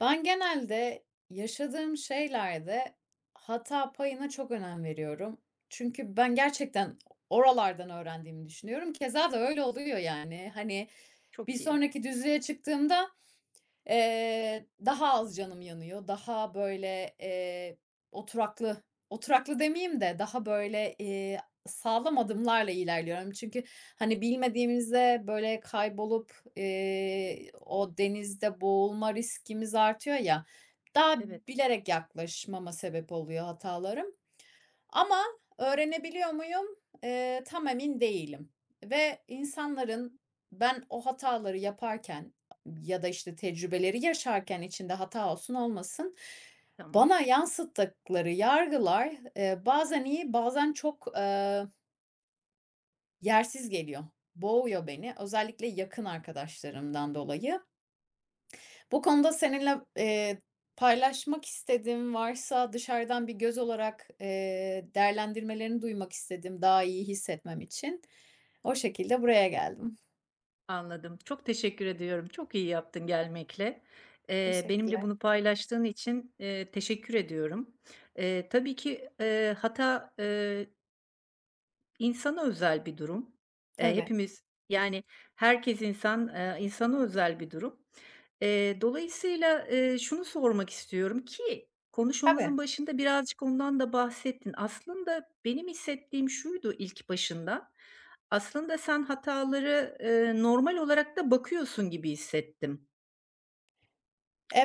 Ben genelde yaşadığım şeylerde hata payına çok önem veriyorum. Çünkü ben gerçekten oralardan öğrendiğimi düşünüyorum. Keza da öyle oluyor yani. Hani bir Çok iyi. sonraki düzlüğe çıktığımda daha az canım yanıyor, daha böyle, oturaklı, oturaklı demeyeyim de daha böyle, sağlam adımlarla ilerliyorum. Çünkü, hani, bilmediğimizde böyle kaybolup, o denizde boğulma riskimiz artıyor ya, daha Evet, bilerek yaklaşmama sebep oluyor hatalarım. Ama öğrenebiliyor muyum? Tam emin değilim ve insanların ben o hataları yaparken ya da, işte, tecrübeleri yaşarken içinde hata olsun olmasın, tamam, bana yansıttıkları yargılar, bazen iyi bazen çok, yersiz geliyor. Boğuyor beni. Özellikle yakın arkadaşlarımdan dolayı. Bu konuda seninle, paylaşmak istediğin varsa dışarıdan bir göz olarak, değerlendirmelerini duymak istedim daha iyi hissetmem için. O şekilde buraya geldim. anladım. Çok teşekkür ediyorum. Çok iyi yaptın gelmekle. Benimle Teşekkürler. bunu paylaştığın için, teşekkür ediyorum. Tabii ki, hata, İnsana özel bir durum. Eee, Tabii, hepimiz, yani, Herkes insan, insana özel bir durum. Dolayısıyla, şunu sormak istiyorum ki tabii. konuşmamızın başında birazcık ondan da bahsettin. Aslında benim hissettiğim şuydu ilk başından, aslında sen hataları, normal olarak da bakıyorsun gibi hissettim.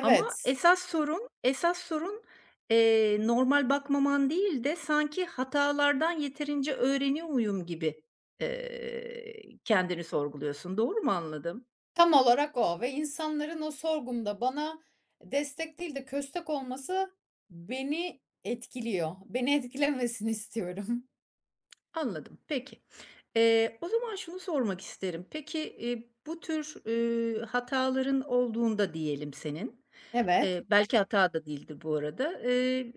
Ama esas sorun normal bakmaman değil de sanki hatalardan yeterince öğreniyor muyum gibi, kendini sorguluyorsun. Doğru mu anladım? tam olarak o ve insanların o sorgumda bana destek değil de köstek olması beni etkiliyor. Beni etkilemesini istiyorum. Anladım, peki. O zaman şunu sormak isterim. Peki, bu tür, hataların olduğunda diyelim senin, Evet, belki hata da değildir bu arada.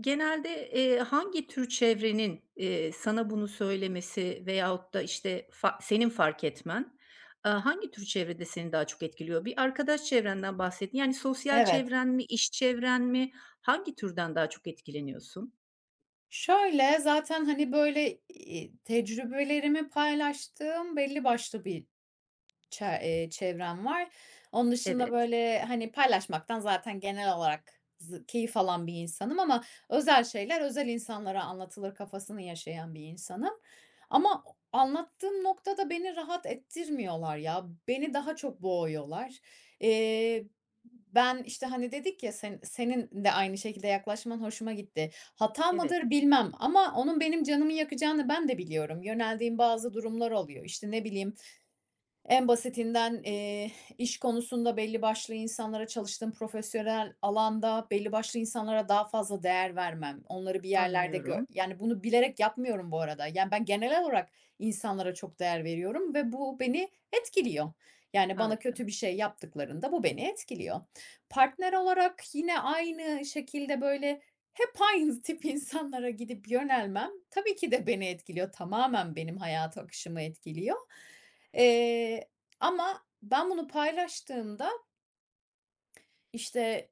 Genelde, hangi tür çevrenin, sana bunu söylemesi veyahut da, işte, senin fark etmen, hangi tür çevrede seni daha çok etkiliyor? Bir arkadaş çevrenden bahsettin. Yani sosyal evet. çevren mi, iş çevren mi? Hangi türden daha çok etkileniyorsun? Şöyle, zaten, hani, böyle, tecrübelerimi paylaştığım belli başlı bir Ça çevrem var. Onun dışında, Evet, böyle, hani, paylaşmaktan zaten genel olarak keyif alan bir insanım ama özel şeyler özel insanlara anlatılır kafasını yaşayan bir insanım. Ama o anlattığım noktada beni rahat ettirmiyorlar ya. Beni daha çok boğuyorlar. Eee, ben, işte, hani, dedik ya senin de aynı şekilde yaklaşman hoşuma gitti. Hata evet, mıdır bilmem ama onun benim canımı yakacağını ben de biliyorum. Yöneldiğim bazı durumlar oluyor. İşte, ne bileyim, en basitinden, iş konusunda belli başlı insanlara, çalıştığım profesyonel alanda belli başlı insanlara daha fazla değer vermem. Onları bir yerlerde gö anlıyorum. yani, bunu bilerek yapmıyorum bu arada. Yani, ben genel olarak insanlara çok değer veriyorum ve bu beni etkiliyor. Yani, bana Harika. kötü bir şey yaptıklarında bu beni etkiliyor. Partner olarak yine aynı şekilde, böyle, hep aynı tip insanlara gidip yönelmem tabii ki de beni etkiliyor. Tamamen benim hayat akışımı etkiliyor. Eee, ama ben bunu paylaştığımda, işte,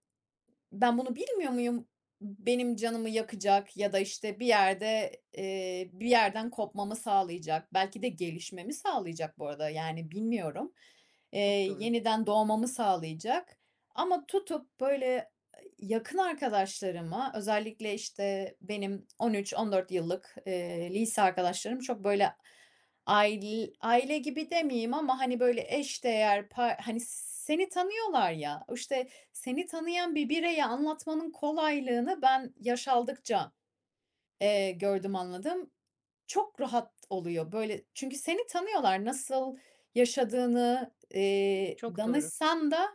ben bunu bilmiyor muyum? Benim canımı yakacak ya da, işte, bir yerde, bir yerden kopmamı sağlayacak, belki de gelişmemi sağlayacak bu arada, yani, bilmiyorum. Eee, Çok doğru, yeniden doğmamı sağlayacak ama tutup, böyle, yakın arkadaşlarıma, özellikle, işte, benim 13-14 yıllık, lise arkadaşlarım çok, böyle, aile gibi demeyeyim ama, hani, böyle, eşdeğer, hani, seni tanıyorlar ya, işte, seni tanıyan bir bireye anlatmanın kolaylığını ben yaş aldıkça, gördüm, anladım. Çok rahat oluyor, böyle, çünkü seni tanıyorlar. Nasıl yaşadığını, çok doğru. danışsan da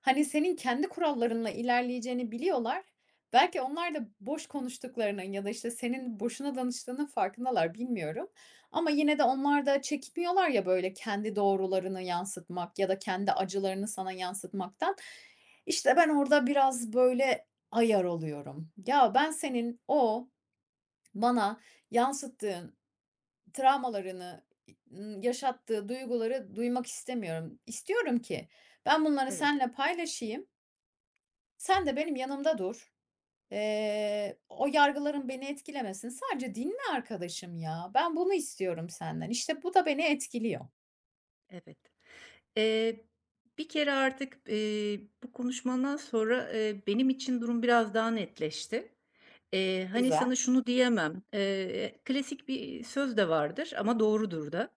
hani, senin kendi kurallarınla ilerleyeceğini biliyorlar. Belki onlar da boş konuştuklarının ya da, işte, senin boşuna danıştığının farkındalar, bilmiyorum. Ama yine de onlar da çekinmiyorlar ya, böyle, kendi doğrularını yansıtmak ya da kendi acılarını sana yansıtmaktan. İşte, ben orada biraz, böyle, ayar oluyorum. Ya, ben senin o bana yansıttığın travmalarını, yaşattığı duyguları duymak istemiyorum. İstiyorum ki ben bunları Evet, seninle paylaşayım. Sen de benim yanımda dur. O yargıların beni etkilemesin. Sadece dinle arkadaşım ya. Ben bunu istiyorum senden. İşte bu da beni etkiliyor. evet. Eee, Bir kere artık, bu konuşmandan sonra, benim için durum biraz daha netleşti. Hani, Güzel. sana şunu diyemem, klasik bir söz de vardır ama doğrudur da.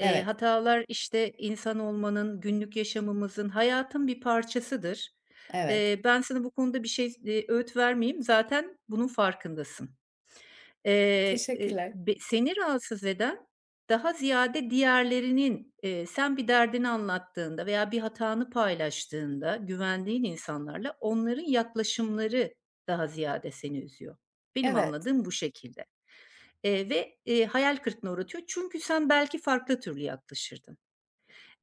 Evet, Hatalar, işte, insan olmanın, günlük yaşamımızın, hayatın bir parçasıdır. evet. Ben sana bu konuda bir şey, öğüt vermeyeyim. Zaten bunun farkındasın. Teşekkürler. Be Seni rahatsız eden daha ziyade diğerlerinin, sen bir derdini anlattığında veya bir hatanı paylaştığında güvendiğin insanlarla onların yaklaşımları daha ziyade seni üzüyor. Benim Evet, anladığım bu şekilde, ve, hayal kırıklığına uğratıyor çünkü sen belki farklı türlü yaklaşırdın.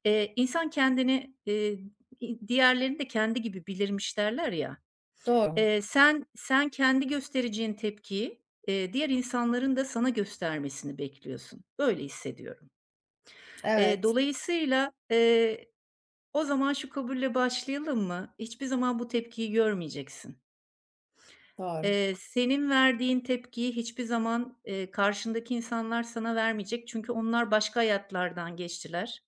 İnsan kendini, i diğerlerini de kendi gibi bilirmiş derler ya, doğru. Eee, sen kendi göstereceğin tepkiyi, diğer insanların da sana göstermesini bekliyorsun. Böyle hissediyorum. Evet, Dolayısıyla, o zaman şu kabulle başlayalım mı? Hiçbir zaman bu tepkiyi görmeyeceksin. doğru. Senin verdiğin tepkiyi hiçbir zaman, karşındaki insanlar sana vermeyecek. Çünkü onlar başka hayatlardan geçtiler.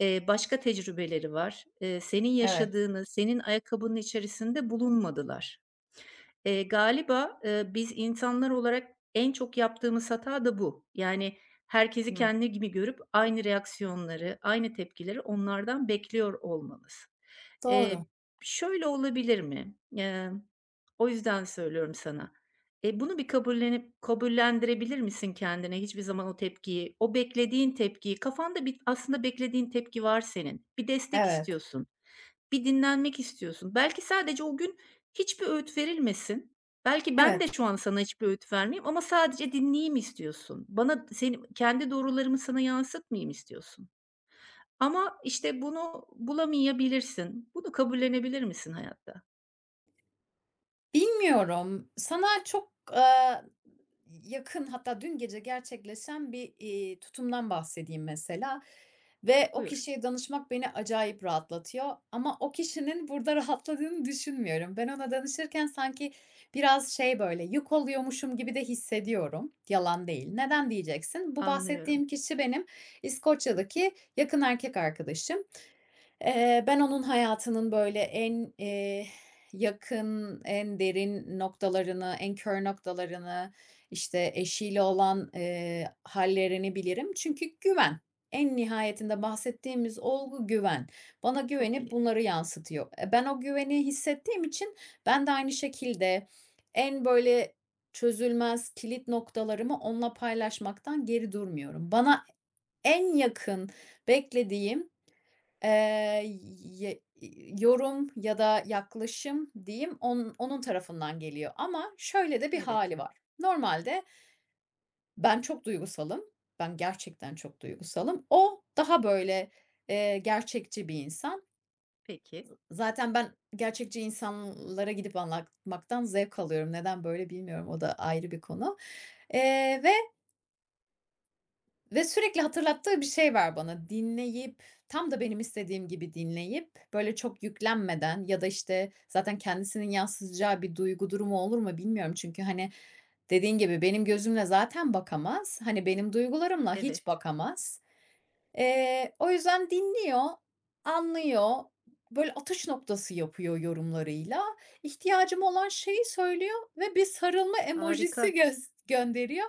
Başka tecrübeleri var. Senin Evet, yaşadığını, senin ayakkabının içerisinde bulunmadılar. Galiba, biz insanlar olarak en çok yaptığımız hata da bu. Yani herkesi hı. kendi gibi görüp aynı reaksiyonları, aynı tepkileri onlardan bekliyor olmamız. Doğru. Eee, Şöyle olabilir mi? O yüzden söylüyorum sana. E, bunu bir kabullenip kabullendirebilir misin kendine? Hiçbir zaman o tepkiyi, o beklediğin tepkiyi, kafanda bir aslında beklediğin tepki var senin. Bir destek Evet, istiyorsun. Bir dinlenmek istiyorsun. Belki sadece o gün hiçbir öğüt verilmesin. Belki ben de evet. şu an sana hiçbir öğüt vermeyeyim ama sadece dinleyeyim istiyorsun. Bana seni kendi doğrularımı sana yansıtmayayım istiyorsun. Ama işte bunu bulamayabilirsin. Bunu kabullenebilir misin hayatta? Bilmiyorum. Sana çok, yakın hatta dün gece gerçekleşen bir, tutumdan bahsedeyim mesela ve o Buyur. kişiye danışmak beni acayip rahatlatıyor ama o kişinin burada rahatladığını düşünmüyorum. Ben ona danışırken sanki biraz şey, böyle, yük oluyormuşum gibi de hissediyorum. Yalan değil. Neden diyeceksin? Bu Anlıyorum. bahsettiğim kişi benim İskoçya'daki yakın erkek arkadaşım. Ben onun hayatının böyle en, yakın, en derin noktalarını, en kör noktalarını, işte, eşiyle olan, hâllerini bilirim. Çünkü güven. En nihayetinde bahsettiğimiz olgu güven. Bana Çok güvenip iyi. bunları yansıtıyor. E, ben o güveni hissettiğim için ben de aynı şekilde en böyle çözülmez kilit noktalarımı onunla paylaşmaktan geri durmuyorum. Bana en yakın beklediğim Eee, ye yorum ya da yaklaşım diyeyim, onun tarafından geliyor ama şöyle de bir Evet. hali var. Normalde ben çok duygusalım. Ben gerçekten çok duygusalım. O daha böyle, gerçekçi bir insan. Peki. Zaten ben gerçekçi insanlara gidip anlatmaktan zevk alıyorum. Neden böyle bilmiyorum. O da ayrı bir konu. Eee, ve Ve sürekli hatırlattığı bir şey var bana. Dinleyip, tam da benim istediğim gibi dinleyip, böyle çok yüklenmeden ya da, işte, zaten kendisinin yansıtacağı bir duygu durumu olur mu bilmiyorum. Çünkü, hani, dediğin gibi benim gözümle zaten bakamaz. Hani, benim duygularımla hiç Evet. bakamaz. O yüzden dinliyor, anlıyor, böyle atış noktası yapıyor yorumlarıyla. İhtiyacım olan şeyi söylüyor ve bir sarılma emojisi Harika. Gönderiyor.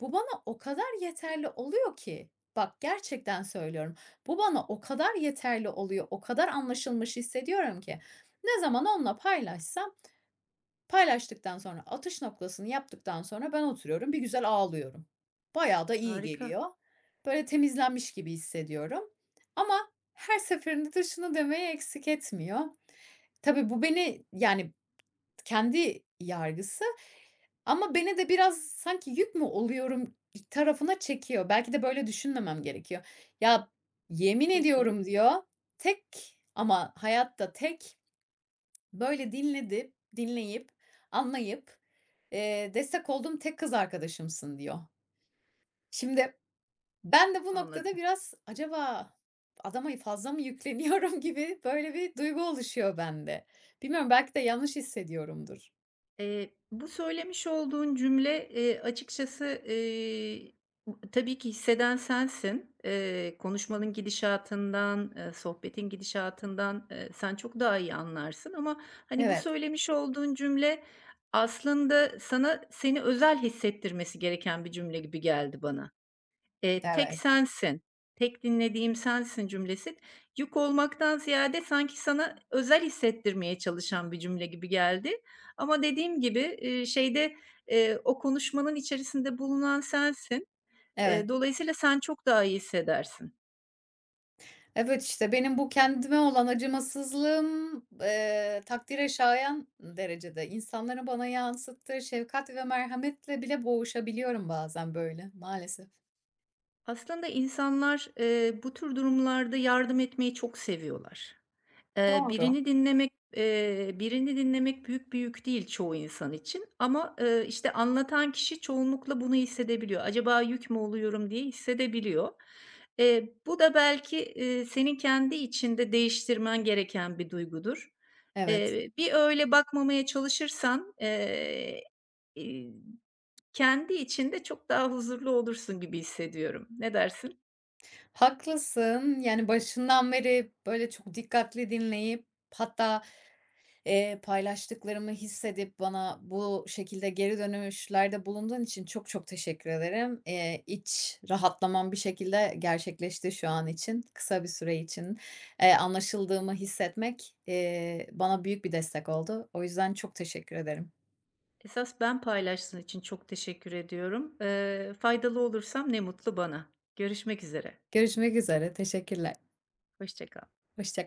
Bu bana o kadar yeterli oluyor ki, bak gerçekten söylüyorum. Bu bana o kadar yeterli oluyor, o kadar anlaşılmış hissediyorum ki. Ne zaman onunla paylaşsam paylaştıktan sonra, atış noktasını yaptıktan sonra ben oturuyorum, bir güzel ağlıyorum. Bayağı da iyi Harika. geliyor. Böyle temizlenmiş gibi hissediyorum ama her seferinde de şunu demeyi eksik etmiyor. Tabii bu beni, yani, kendi yargısı ama beni de biraz sanki yük mü oluyorum tarafına çekiyor. Belki de böyle düşünmemem gerekiyor. "Ya, yemin Peki. ediyorum" diyor, "tek ama hayatta tek böyle dinleyip, anlayıp, destek olduğum tek kız arkadaşımsın" diyor. Şimdi ben de bu noktada Anladım. biraz acaba adama fazla mı yükleniyorum gibi böyle bir duygu oluşuyor bende. Bilmiyorum, belki de yanlış hissediyorumdur. Bu söylemiş olduğun cümle, açıkçası, tabii ki hisseden sensin. Konuşmanın gidişatından, sohbetin gidişatından, sen çok daha iyi anlarsın ama, hani, bu Evet, söylemiş olduğun cümle aslında sana seni özel hissettirmesi gereken bir cümle gibi geldi bana. "Tek evet, sensin, tek dinlediğim sensin." cümlesi yük olmaktan ziyade sanki sana özel hissettirmeye çalışan bir cümle gibi geldi. Ama dediğim gibi, o konuşmanın içerisinde bulunan sensin. evet. Dolayısıyla sen çok daha iyi hissedersin. Evet, işte benim bu kendime olan acımasızlığım, takdire şayan derecede insanların bana yansıttığı şefkat ve merhametle bile boğuşabiliyorum bazen böyle maalesef. Aslında insanlar, bu tür durumlarda yardım etmeyi çok seviyorlar. Doğru. Birini dinlemek, büyük bir yük değil çoğu insan için ama, işte, anlatan kişi çoğunlukla bunu hissedebiliyor. "Acaba yük mü oluyorum?" diye hissedebiliyor. Bu da belki, senin kendi içinde değiştirmen gereken bir duygudur. Evet, Bir öyle bakmamaya çalışırsan, iii, kendi içinde çok daha huzurlu olursun gibi hissediyorum. Ne dersin? haklısın. Yani, başından beri, böyle, çok dikkatli dinleyip hatta, paylaştıklarımı hissedip bana bu şekilde geri dönüşlerde bulunduğun için çok çok teşekkür ederim. İç rahatlamam bir şekilde gerçekleşti şu an için, kısa bir süre için. Anlaşıldığımı hissetmek, bana büyük bir destek oldu. O yüzden çok teşekkür ederim. Esas ben paylaştığın için çok teşekkür ediyorum. Faydalı olursam ne mutlu bana. Görüşmek üzere. Görüşmek üzere, teşekkürler. Hoşça kal. Hoşça